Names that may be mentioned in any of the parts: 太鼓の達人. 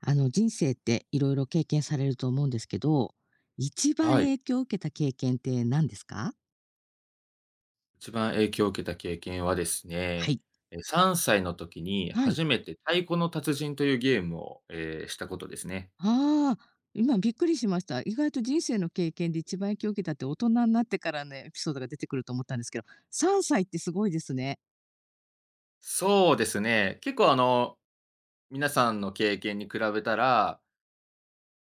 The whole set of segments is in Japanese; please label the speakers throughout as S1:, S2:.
S1: あの人生っていろいろ経験されると思うんですけど、一番
S2: はい。
S1: 影響を受けた経験って何ですか？
S2: 一番影響を受けた経験はです
S1: は
S2: ね、
S1: い。
S2: 3歳の時に
S1: はい。
S2: 初めて太鼓の達人というゲームを、したことですね。
S1: ああ、今びっくりしました。意外と人生の経験で一番影響を受けたって大人になってからのエピソードが出てくると思ったんですけど、3歳ってすごいですね。
S2: そうですね。結構皆さんの経験に比べたら、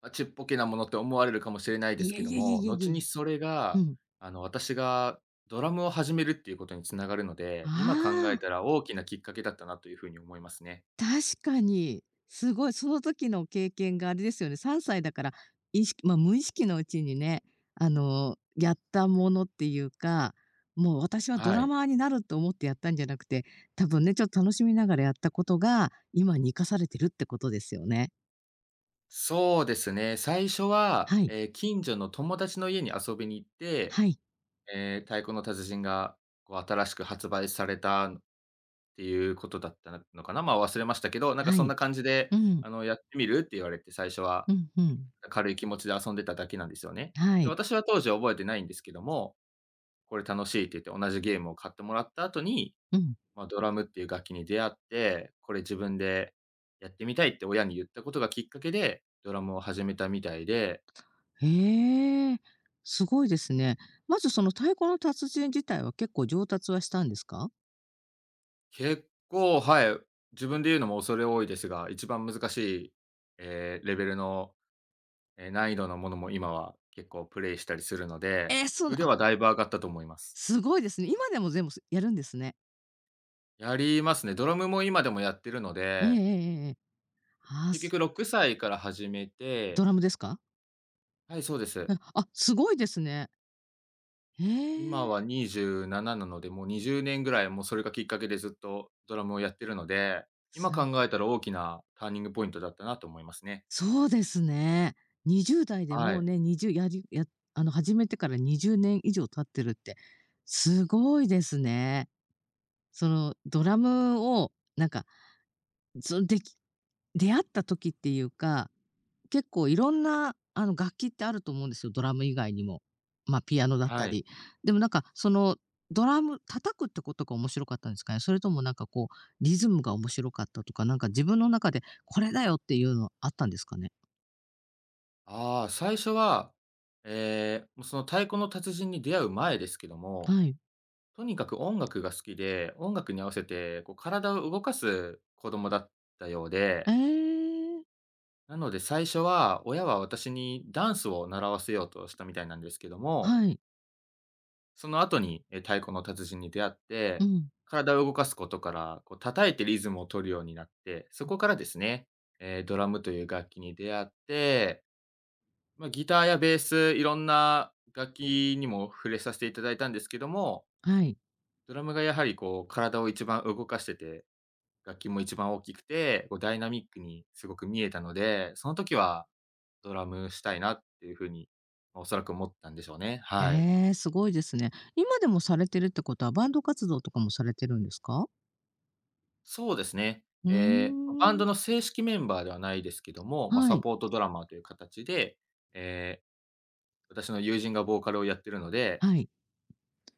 S2: ま、ちっぽけなものって思われるかもしれないです
S1: いえ
S2: けど
S1: いえいえ
S2: も、
S1: いえ
S2: 後に
S1: い
S2: それ
S1: え。う
S2: が、
S1: ん。
S2: 私がドラムを始めるっていうことに繋がるので、今考え
S1: あ
S2: た
S1: あ。
S2: ら大きなきっかけだったなというふうに思いますね。
S1: 確かに。すごい、その時の経験があれですよね、3歳だから、意識まあ、無意識のうちにね、やったものっていうか、もう私はド
S2: は
S1: ラ
S2: い。
S1: マーになると思ってやったんじゃなくて、多分ね、ちょっと楽しみながらやったことが、今に生かされてるってことですよね。
S2: そうですね。最初は、
S1: はい、
S2: 近所の友達の家に遊びに行って、
S1: はい、
S2: 太鼓の達人が、こう、新しく発売されたっていうことだったのかな、まあ、忘れましたけど、なんか
S1: は
S2: そん
S1: い。
S2: な感じで、
S1: うん、
S2: 「やってみる？」って言われて、最初は
S1: うん、うん。
S2: 軽い気持ちで遊んでただけなんですよね。
S1: は
S2: で、
S1: い、
S2: 私は当時覚えてないんですけども、「これ楽しい」って言って同じゲームを買ってもらった後に、
S1: うん。
S2: まあ、ドラムっていう楽器に出会って、これ自分でやってみたいって親に言ったことがきっかけで、ドラムを始めたみたいで
S1: へえ、すごいですね。まずその太鼓の達人自体は結構上達はしたんですか？
S2: 結構、はい、自分で言うのも恐れ多いですが、一番難しい、レベルの、難易度のものも今は結構プレイしたりするので、
S1: えーそうな
S2: 腕はだいぶ上がったと思います。
S1: すごいですね。今でも全部やるんですね。
S2: やりますね。ドラムも今でもやってるの
S1: えええ
S2: で、
S1: えええ。ああ、
S2: 結局6歳から始めて。
S1: ドラムですか？
S2: はい、そうです。
S1: え、あ、すごいですね。へ
S2: 今
S1: え、
S2: は27なので、もう20年ぐらい、もうそれがきっかけでずっとドラムをやってるので、今考
S1: すご
S2: えたら大きなターニングポイントだったなと思いますね。
S1: そうですね。20代で
S2: は
S1: もう
S2: い、
S1: ね、20やりやあの、始めてから20年以上経ってるって、すごいですね。そのドラムをなんか、その、でき出会った時っていうか、結構いろんな、楽器ってあると思うんですよ、ドラム以外にも。まあ、ピアノだった
S2: はい。
S1: り。でもなんか、ドラム叩くってことが面白かったんですかね？それともなんかこう、リズムが面白かったとか、なんか自分の中でこれだよっていうのあったんですかね？
S2: ああ、最初は、ええ、もうその太鼓の達人に出会う前ですけども、
S1: はい。
S2: とにかく音楽が好きで、音楽に合わせてこう体を動かす子供だったよう
S1: え
S2: で、
S1: え。
S2: なので最初は親は私にダンスを習わせようとしたみたいなんですけども、
S1: はい。
S2: その後に、太鼓の達人に出会っ
S1: う
S2: て、
S1: ん。
S2: 体を動かすことから、こう叩いてリズムを取るようになって、そこからですね、ええ、ドラムという楽器に出会って、まあ、ギターやベース、いろんな楽器にも触れさせていただいたんですけども、
S1: はい。
S2: ドラムがやはりこう体を一番動かしてて、楽器も一番大きくて、こうダイナミックにすごく見えたので、その時はドラムしたいなっていうふうに、ま、おそらく思ったんでしょうね。はい。
S1: ええ、すごいですね。今でもされてるってことは、バンド活動とかもされてるんですか？
S2: そうですね。
S1: うー
S2: バンド
S1: ん。
S2: の正式メンバーではないですけども、まあ、
S1: は
S2: サ
S1: い。
S2: ポートドラマーという形で、えー私の友人がボーカルをやってるので、
S1: はい。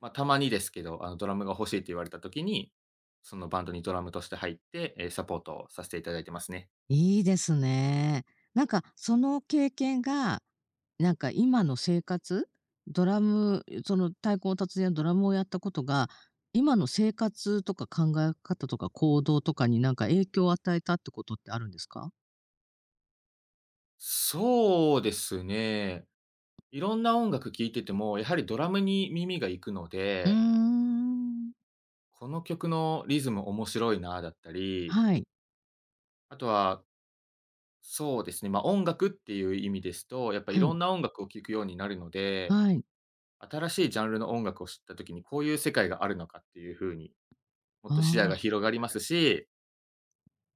S2: まあ、たまにですけど、ドラムが欲しいって言われた時に、そのバンドにドラムとして入って、サポートをさせていただいてますね。
S1: いいですね。なんかその経験が、なんか今の生活、ドラムその太鼓の達人やドラムをやったことが、今の生活とか考え方とか行動とかになんか影響を与えたってことってあるんですか？
S2: そうですね。いろんな音楽聴いてても、やはりドラムに耳が行くの
S1: うー
S2: で、
S1: ん。
S2: この曲のリズム面白いなだったり、
S1: はい、
S2: あとは、そうですね、ま、音楽っていう意味ですと、やっぱい
S1: はい、
S2: ろんな音楽を聴くようになるので、
S1: はい。
S2: 新しいジャンルの音楽を知った時にこういう世界があるのかっていう風に、もっと視野が
S1: ああ、
S2: 広がりますし、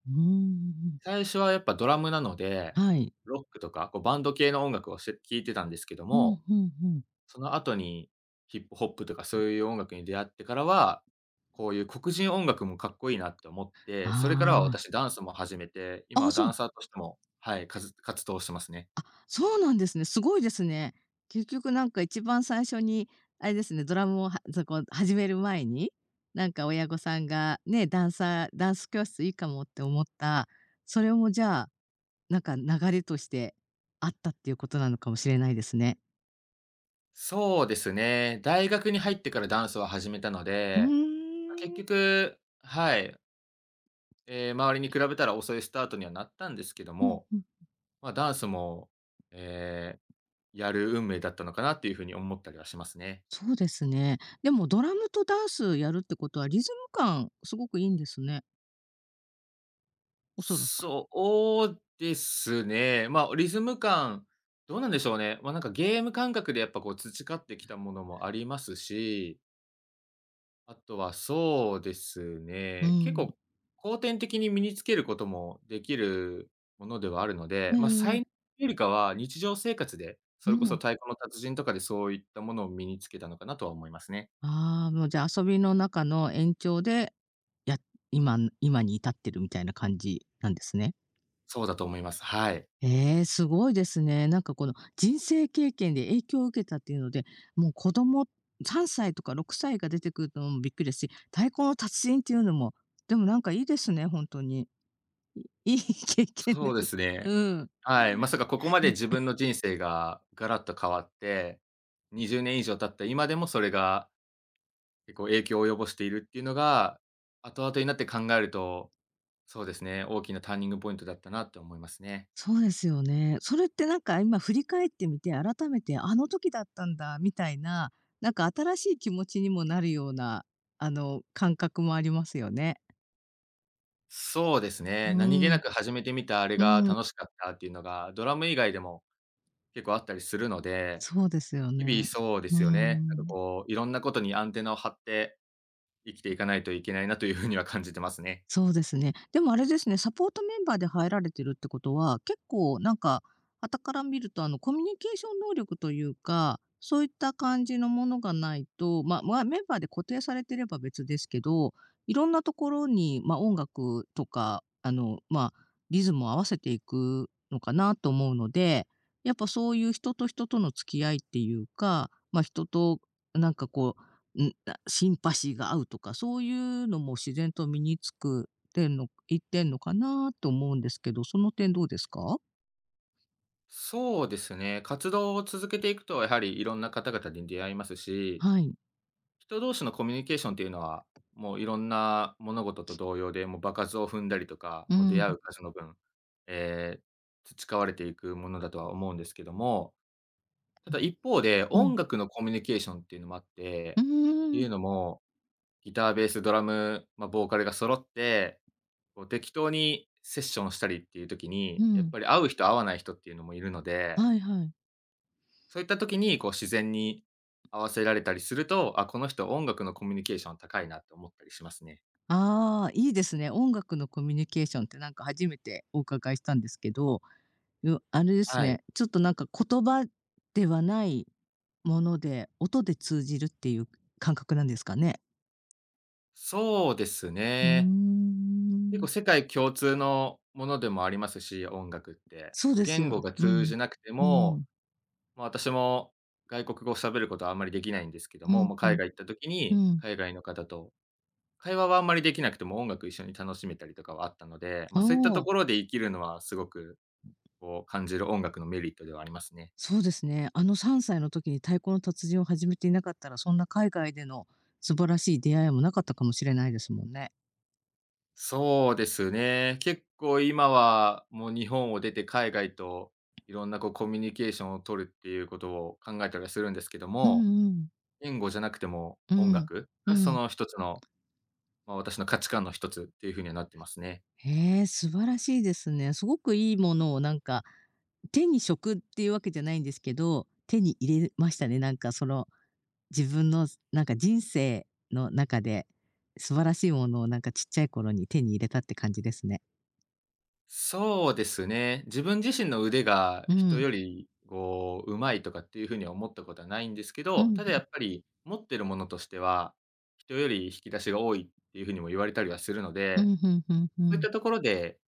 S1: うーん、
S2: 最初はやっぱドラムなので、
S1: はい。
S2: ロックとか、こうバンド系の音楽をして聴いてたんですけど
S1: うん、
S2: も、
S1: うんうん。
S2: その後にヒップホップとかそういう音楽に出会ってからは、こういう黒人音楽もかっこいいなって思って、それからは
S1: ああ。
S2: 私ダンスも始めて、今
S1: ああ、
S2: は
S1: そ
S2: ダン
S1: う
S2: サーとしても、はい、かず活動してますね。
S1: そうなんですね。すごいですね。結局なんか一番最初に、あれですね、ドラムをはそこ始める前に、なんか親御さんがね、ダンス教室いいかもって思った、それもじゃあ、なんか流れとしてあったっていうことなのかもしれないですね。
S2: そうですね。大学に入ってからダンスを始めたの
S1: う
S2: で、ま、結
S1: ーん。
S2: 局、はい、周りに比べたら遅いスタートにはなったんですけど
S1: うん
S2: も、
S1: うん。
S2: まあ、ダンスも、えやる運命だったのかなっていう風に思ったりはしますね。
S1: そうですね。でもドラムとダンスやるってことはリズム感すごくいいんですね、おそらく。
S2: そうですね。まあ、リズム感、どうなんでしょうね。まあ、なんかゲーム感覚でやっぱこう培ってきたものもありますし、あとはそうです
S1: う
S2: ね、結
S1: ん。
S2: 構後天的に身につけることもできるものではあるので、
S1: え
S2: まあ、才能
S1: え、
S2: よりかは日常生活で、そ
S1: う
S2: れこそ
S1: ん。
S2: 太鼓の達人とかでそういったものを身につけたのかなとは思いますね。
S1: ああ、もうじゃあ遊びの中の延長で、や今に至ってるみたいな感じなんですね。
S2: そうだと思います。はい。
S1: ええ、すごいですね。なんかこの人生経験で影響を受けたっていうので、もう子供3歳とか6歳が出てくるのもびっくりですし、太鼓の達人っていうのも、でもなんかいいですね、本当に。いい 経験で
S2: そうで
S1: す。
S2: すね。
S1: うん。
S2: はい。まさかここまで自分の人生がガラッと変わって、20年以上経った今でもそれが結構影響を及ぼしているっていうのが、後々になって考えると、そうですね、大きなターニングポイントだったなって思いますね。
S1: そうですよね。それってなんか今振り返ってみて、改めてあの時だったんだみたいな、なんか新しい気持ちにもなるような、感覚もありますよね。
S2: そうですね。
S1: う
S2: 何気な
S1: ん、
S2: く始めてみたあれ
S1: う
S2: が
S1: ん、
S2: 楽しかったっていうのが、ドラム以外でも結構あったりするので、
S1: そうですよ
S2: 日々
S1: ね。
S2: そうで
S1: うー
S2: すよね。なんか
S1: ん。
S2: こう、いろんなことにアンテナを張って生きていかないといけないなというふうには感じてますね。
S1: そうですね。でもあれですね、サポートメンバーで入られてるってことは、結構なんか、傍から見るとコミュニケーション能力というか、そういった感じのものがないと、まあ、メンバーで固定されてれば別ですけど、いろんなところに、まあ、音楽とか、まあ、リズムを合わせていくのかなと思うので、やっぱそういう人と人との付き合いっていうか、まあ、人となんかこううん、あ、シンパシーが合うとか、そういうのも自然と身につくってんのいってんのかなと思うんですけど、その点どうですか？
S2: そうですね。活動を続けていくと、やはりいろんな方々に出会いますし、
S1: はい。
S2: 人同士のコミュニケーションっていうのは、もういろんな物事と同様で、もう場数を踏んだりとか、
S1: う
S2: もう
S1: ん、う
S2: 出
S1: ん、
S2: 会う数の分、えー培われていくものだとは思うんですけども、ただ一方で
S1: う
S2: 音
S1: ん、
S2: 楽のコミュニケーションっていうのもあって、
S1: う
S2: って
S1: ー
S2: い
S1: ん、
S2: うのも、ギター、ベース、ドラム、まあ、ボーカルが揃って、こう適当にセッションしたりっていう時
S1: う
S2: に、やっ
S1: ん、
S2: ぱり会う人、会わない人っていうのもいるので、
S1: はいはい。
S2: そういった時に、こう自然に合わせられたりすると、あ、この人音楽のコミュニケーション高いなって思ったりしますね。
S1: ああ、いいですね。音楽のコミュニケーションってなんか初めてお伺いしたんですけど、あれです
S2: はい。
S1: ね、ちょっとなんか言葉ではないもので、音で通じるっていう感覚なんですかね？
S2: そうです
S1: うー
S2: ね。結
S1: ん。
S2: 構世界共通のものでもありますし、音楽って。
S1: そう
S2: こう
S1: です
S2: 言
S1: よね。
S2: 語が
S1: う
S2: 通
S1: ん、
S2: じなくて
S1: う
S2: も、
S1: ん。
S2: まあ、私も外国語を喋ることはあんまりできないんですけど
S1: う
S2: も、
S1: ん、
S2: もう
S1: う
S2: 海
S1: ん、
S2: 外行った時
S1: う
S2: に、
S1: ん。
S2: 海外の方と会話はあんまりできなくても音楽一緒に楽しめたりとかはあったので、ま
S1: あ
S2: あ、そういったと
S1: あ、
S2: ころで生きるのはすごく、こう感じる音楽のメリットではありますね。
S1: そうですね。あの3歳の時に太鼓の達人を始めていなかったら、そんな海外での素晴らしい出会いもなかったかもしれないですもんね。
S2: そうですね。結構今はもう日本を出て海外といろんなこうコミュニケーションを取るっていうことを考えたりはするんですけど
S1: う
S2: も、
S1: んうん。
S2: 言語じゃなくても
S1: う
S2: 音
S1: ん。
S2: 楽
S1: う
S2: がそ
S1: ん。
S2: の一つの、まあ、私の価値観の一つっていうふうにはなってますね。
S1: へえ、素晴らしいですね。すごくいいものをなんか、手に職っていうわけじゃないんですけど、手に入れましたね。なんかその、自分のなんか人生の中で、素晴らしいものをなんかちっちゃい頃に手に入れたって感じですね。
S2: そうですね。自分自身の腕が
S1: う
S2: 人
S1: ん。
S2: よりこう上手いとかっていうふうには思ったことはないんですけ
S1: う
S2: ど、
S1: ん
S2: ただ
S1: う
S2: や
S1: ん。
S2: っぱり持ってるものとしては人より引き出しが多いっていうふうにも言われたりはするの
S1: う
S2: で、
S1: ん、うんうんう
S2: そういっ
S1: ん。
S2: たところで、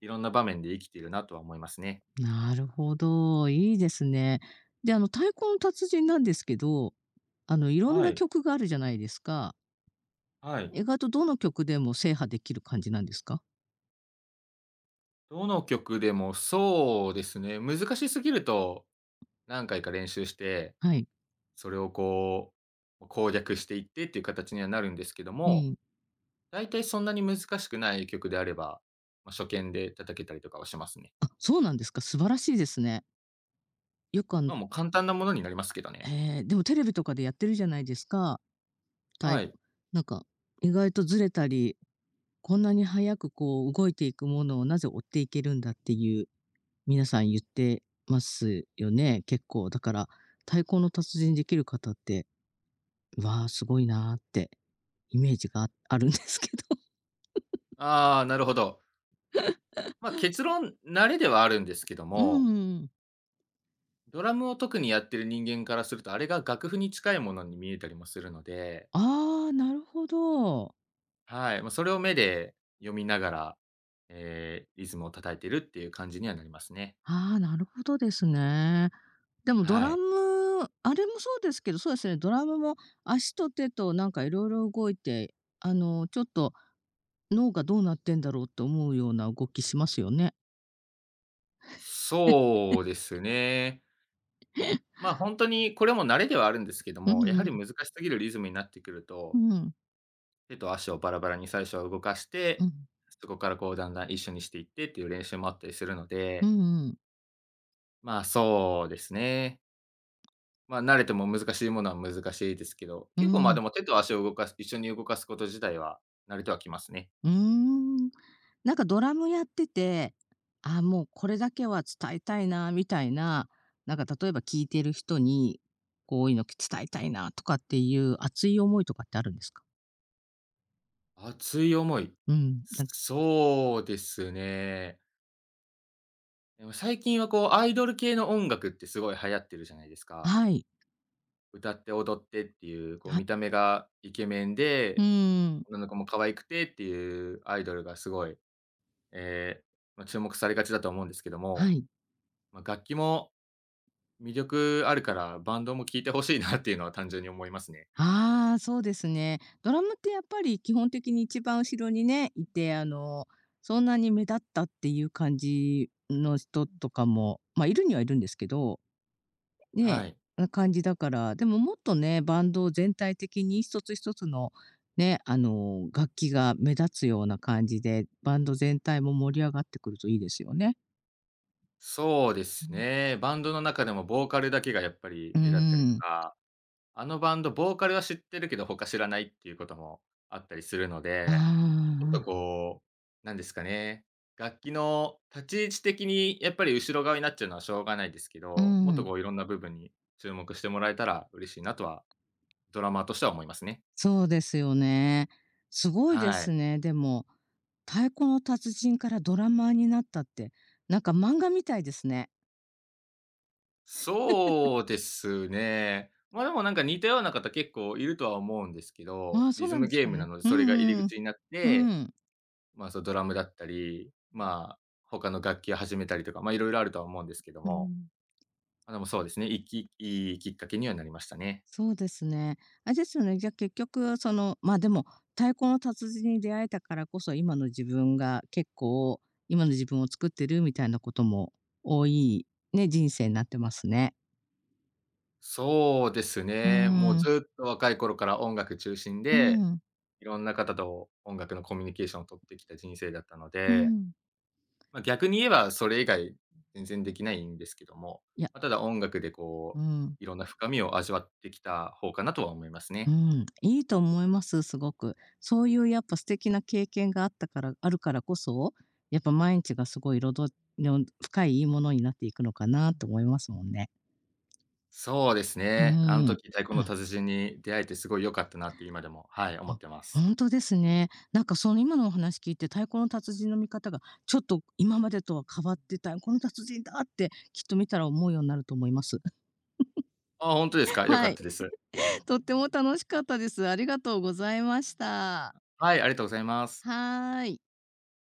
S2: いろんな場面で生きているなとは思いますね。
S1: なるほど、いいですね。で、太鼓の達人なんですけど、いろん
S2: は
S1: な
S2: い、
S1: 曲があるじゃないですか。
S2: はい。
S1: 意外とどの曲でも制覇できる感じなんですか？
S2: どの曲でもそうですね、難しすぎると何回か練習して、
S1: はい。
S2: それをこう、ま攻略していってっていう形にはなるんですけど
S1: え
S2: も、
S1: え。
S2: 大体そんなに難しくない曲であれば、ま、初見で叩けたりとかはしますね。
S1: あ、そうなんですか。素晴らしいですね。よく、あの
S2: ま、もう簡単なものになりますけどね。
S1: ええ、でもテレビとかでやってるじゃないですか。た
S2: は
S1: い
S2: い。
S1: なんか、意外とずれたり、こんなに速くこう動いていくものをなぜ追っていけるんだっていう皆さん言ってますよね、結構。だから、太鼓の達人できる方って、わあ、すごいなーってイメージがああるんですけど。
S2: ああ、なるほど。結論、慣れではあるんです けど
S1: うー
S2: も、
S1: ん。
S2: ドラムを特にやってる人間からすると、あれが楽譜に近いものに見えたりもするので、
S1: ああ、なるほど。
S2: はい、それを目で読みながら、ええ、リズムを叩いてるっていう感じにはなりますね。
S1: ああ、なるほどですね。でもド
S2: は
S1: ラ
S2: い。
S1: ム、あれもそうですけど、そうですね、ドラムも足と手となんかいろいろ動いて、ちょっと脳がどうなってんだろうって思うような動きしますよね。
S2: そうですね。ほんとにこれも慣れではあるんですけど
S1: うん
S2: も、や
S1: う
S2: はり
S1: ん。
S2: 難しすぎるリズムになってくる
S1: う
S2: と、
S1: ん。
S2: 手と足をバラバラに最初は動かし
S1: う
S2: て、
S1: ん。
S2: そこからこうだんだん一緒にしていってっていう練習もあったりするの
S1: う
S2: で、
S1: んうん。
S2: そうですね。まあ、慣れても難しいものは難しいですけど、
S1: う
S2: 結構、まあ、で
S1: ん。
S2: も手と足を動かす一緒に動かすこと自体は慣れてはきますね。
S1: うん。なんかドラムやってて、あ、もうこれだけは伝えたいなみたいな、なんか例えば聴いてる人に、こういうの伝えたいなとかっていう熱い思いとかってあるんですか？
S2: 熱い思い。
S1: うん、なんか
S2: そうですね。でも最近はこうアイドル系の音楽ってすごい流行ってるじゃないですか。
S1: はい、
S2: 歌って踊ってっていう、こう
S1: はい、
S2: 見た目がイケメン
S1: う
S2: で、
S1: ーん、
S2: 女の子も可愛くてっていうアイドルがすごい、ええ、注目されがちだと思うんですけども、
S1: はい。
S2: まあ、楽器も魅力あるから、バンドも聴いてほしいなっていうのは単純に思いますね。
S1: ああ、そうですね。ドラムってやっぱり基本的に一番後ろにね、いて、そんなに目立ったっていう感じの人とかも、まあ、いるにはいるんですけどね
S2: はい。
S1: え、な感じだから、でももっとね、バンド全体的に一つ一つのね、楽器が目立つような感じで、バンド全体も盛り上がってくるといいですよね。
S2: そうで
S1: う
S2: す
S1: ん。
S2: ね。バンドの中でもボーカルだけがやっぱり
S1: うー
S2: 目立ったりと
S1: ん。
S2: か、あのバンド、ボーカルは知ってるけど他知らないっていうこともあったりするの
S1: あ
S2: で、もっとこう、なんですかね、楽器の立ち位置的にやっぱり後ろ側になっちゃうのはしょうがないですけ
S1: あ、う
S2: ど、もっとこ
S1: ん。
S2: ういろんな部分に注目してもらえたら嬉しいなとは、ドラマーとしては思いますね。
S1: そうですよね。すごいで
S2: は
S1: す
S2: い。
S1: ね、でも。太鼓の達人からドラマーになったって、なんか漫画みたいですね。
S2: そうですね。でもなんか似たような方結構いるとは思うんですけど、
S1: ああ、そ
S2: リ
S1: う
S2: ズ
S1: なん
S2: ム
S1: です
S2: ゲー
S1: か
S2: ムな
S1: ね。
S2: ので
S1: う
S2: それが入
S1: ん
S2: り
S1: うん
S2: 口になっ
S1: うん。う
S2: て、
S1: ん。
S2: ドラムだったり、まあ、他の楽器を始めたりとか、いろいろあるとは思うんですけど
S1: う
S2: も、
S1: ん。
S2: でもそうですね、いいきっかけにはなりましたね。
S1: そうですね。あれですよね、じゃ、結局その、ま、でも、太鼓の達人に出会えたからこそ、今の自分が結構、今の自分を作ってるみたいなことも多い、ね、人生になってますね。
S2: そうです
S1: うー
S2: ね、もう
S1: ん、
S2: ずっと若い頃から音楽中心
S1: う
S2: で、
S1: ん、
S2: いろんな方と音楽のコミュニケーションを取ってきた人生だったの
S1: う
S2: で、
S1: ん。
S2: まあ、逆に言えばそれ以外全然できないんですけども、
S1: いや、
S2: まあ、ただ音楽でこ
S1: うん、
S2: う、いろんな深みを味わってきた方かなとは思います
S1: う
S2: ね。
S1: ん、いいと思います、すごく。そういうやっぱ素敵な経験があったからあるからこそ、やっぱ毎日がすごい彩りの深いいいものになっていくのかなと思いますもんね。
S2: そうです
S1: う
S2: ね。あの
S1: ん。
S2: 時太鼓の達人に出会えてすごい良かったなって今でも、はい、思ってます。
S1: 本当ですね。なんかその今のお話聞いて、太鼓の達人の見方がちょっと今までとは変わってた、この達人だってきっと見たら思うようになると思います。
S2: あ、本当です か？良か
S1: は
S2: っ
S1: い、
S2: たです。
S1: とっても楽しかったです。ありがとうございました。
S2: はい、ありがとうございます。
S1: はーい。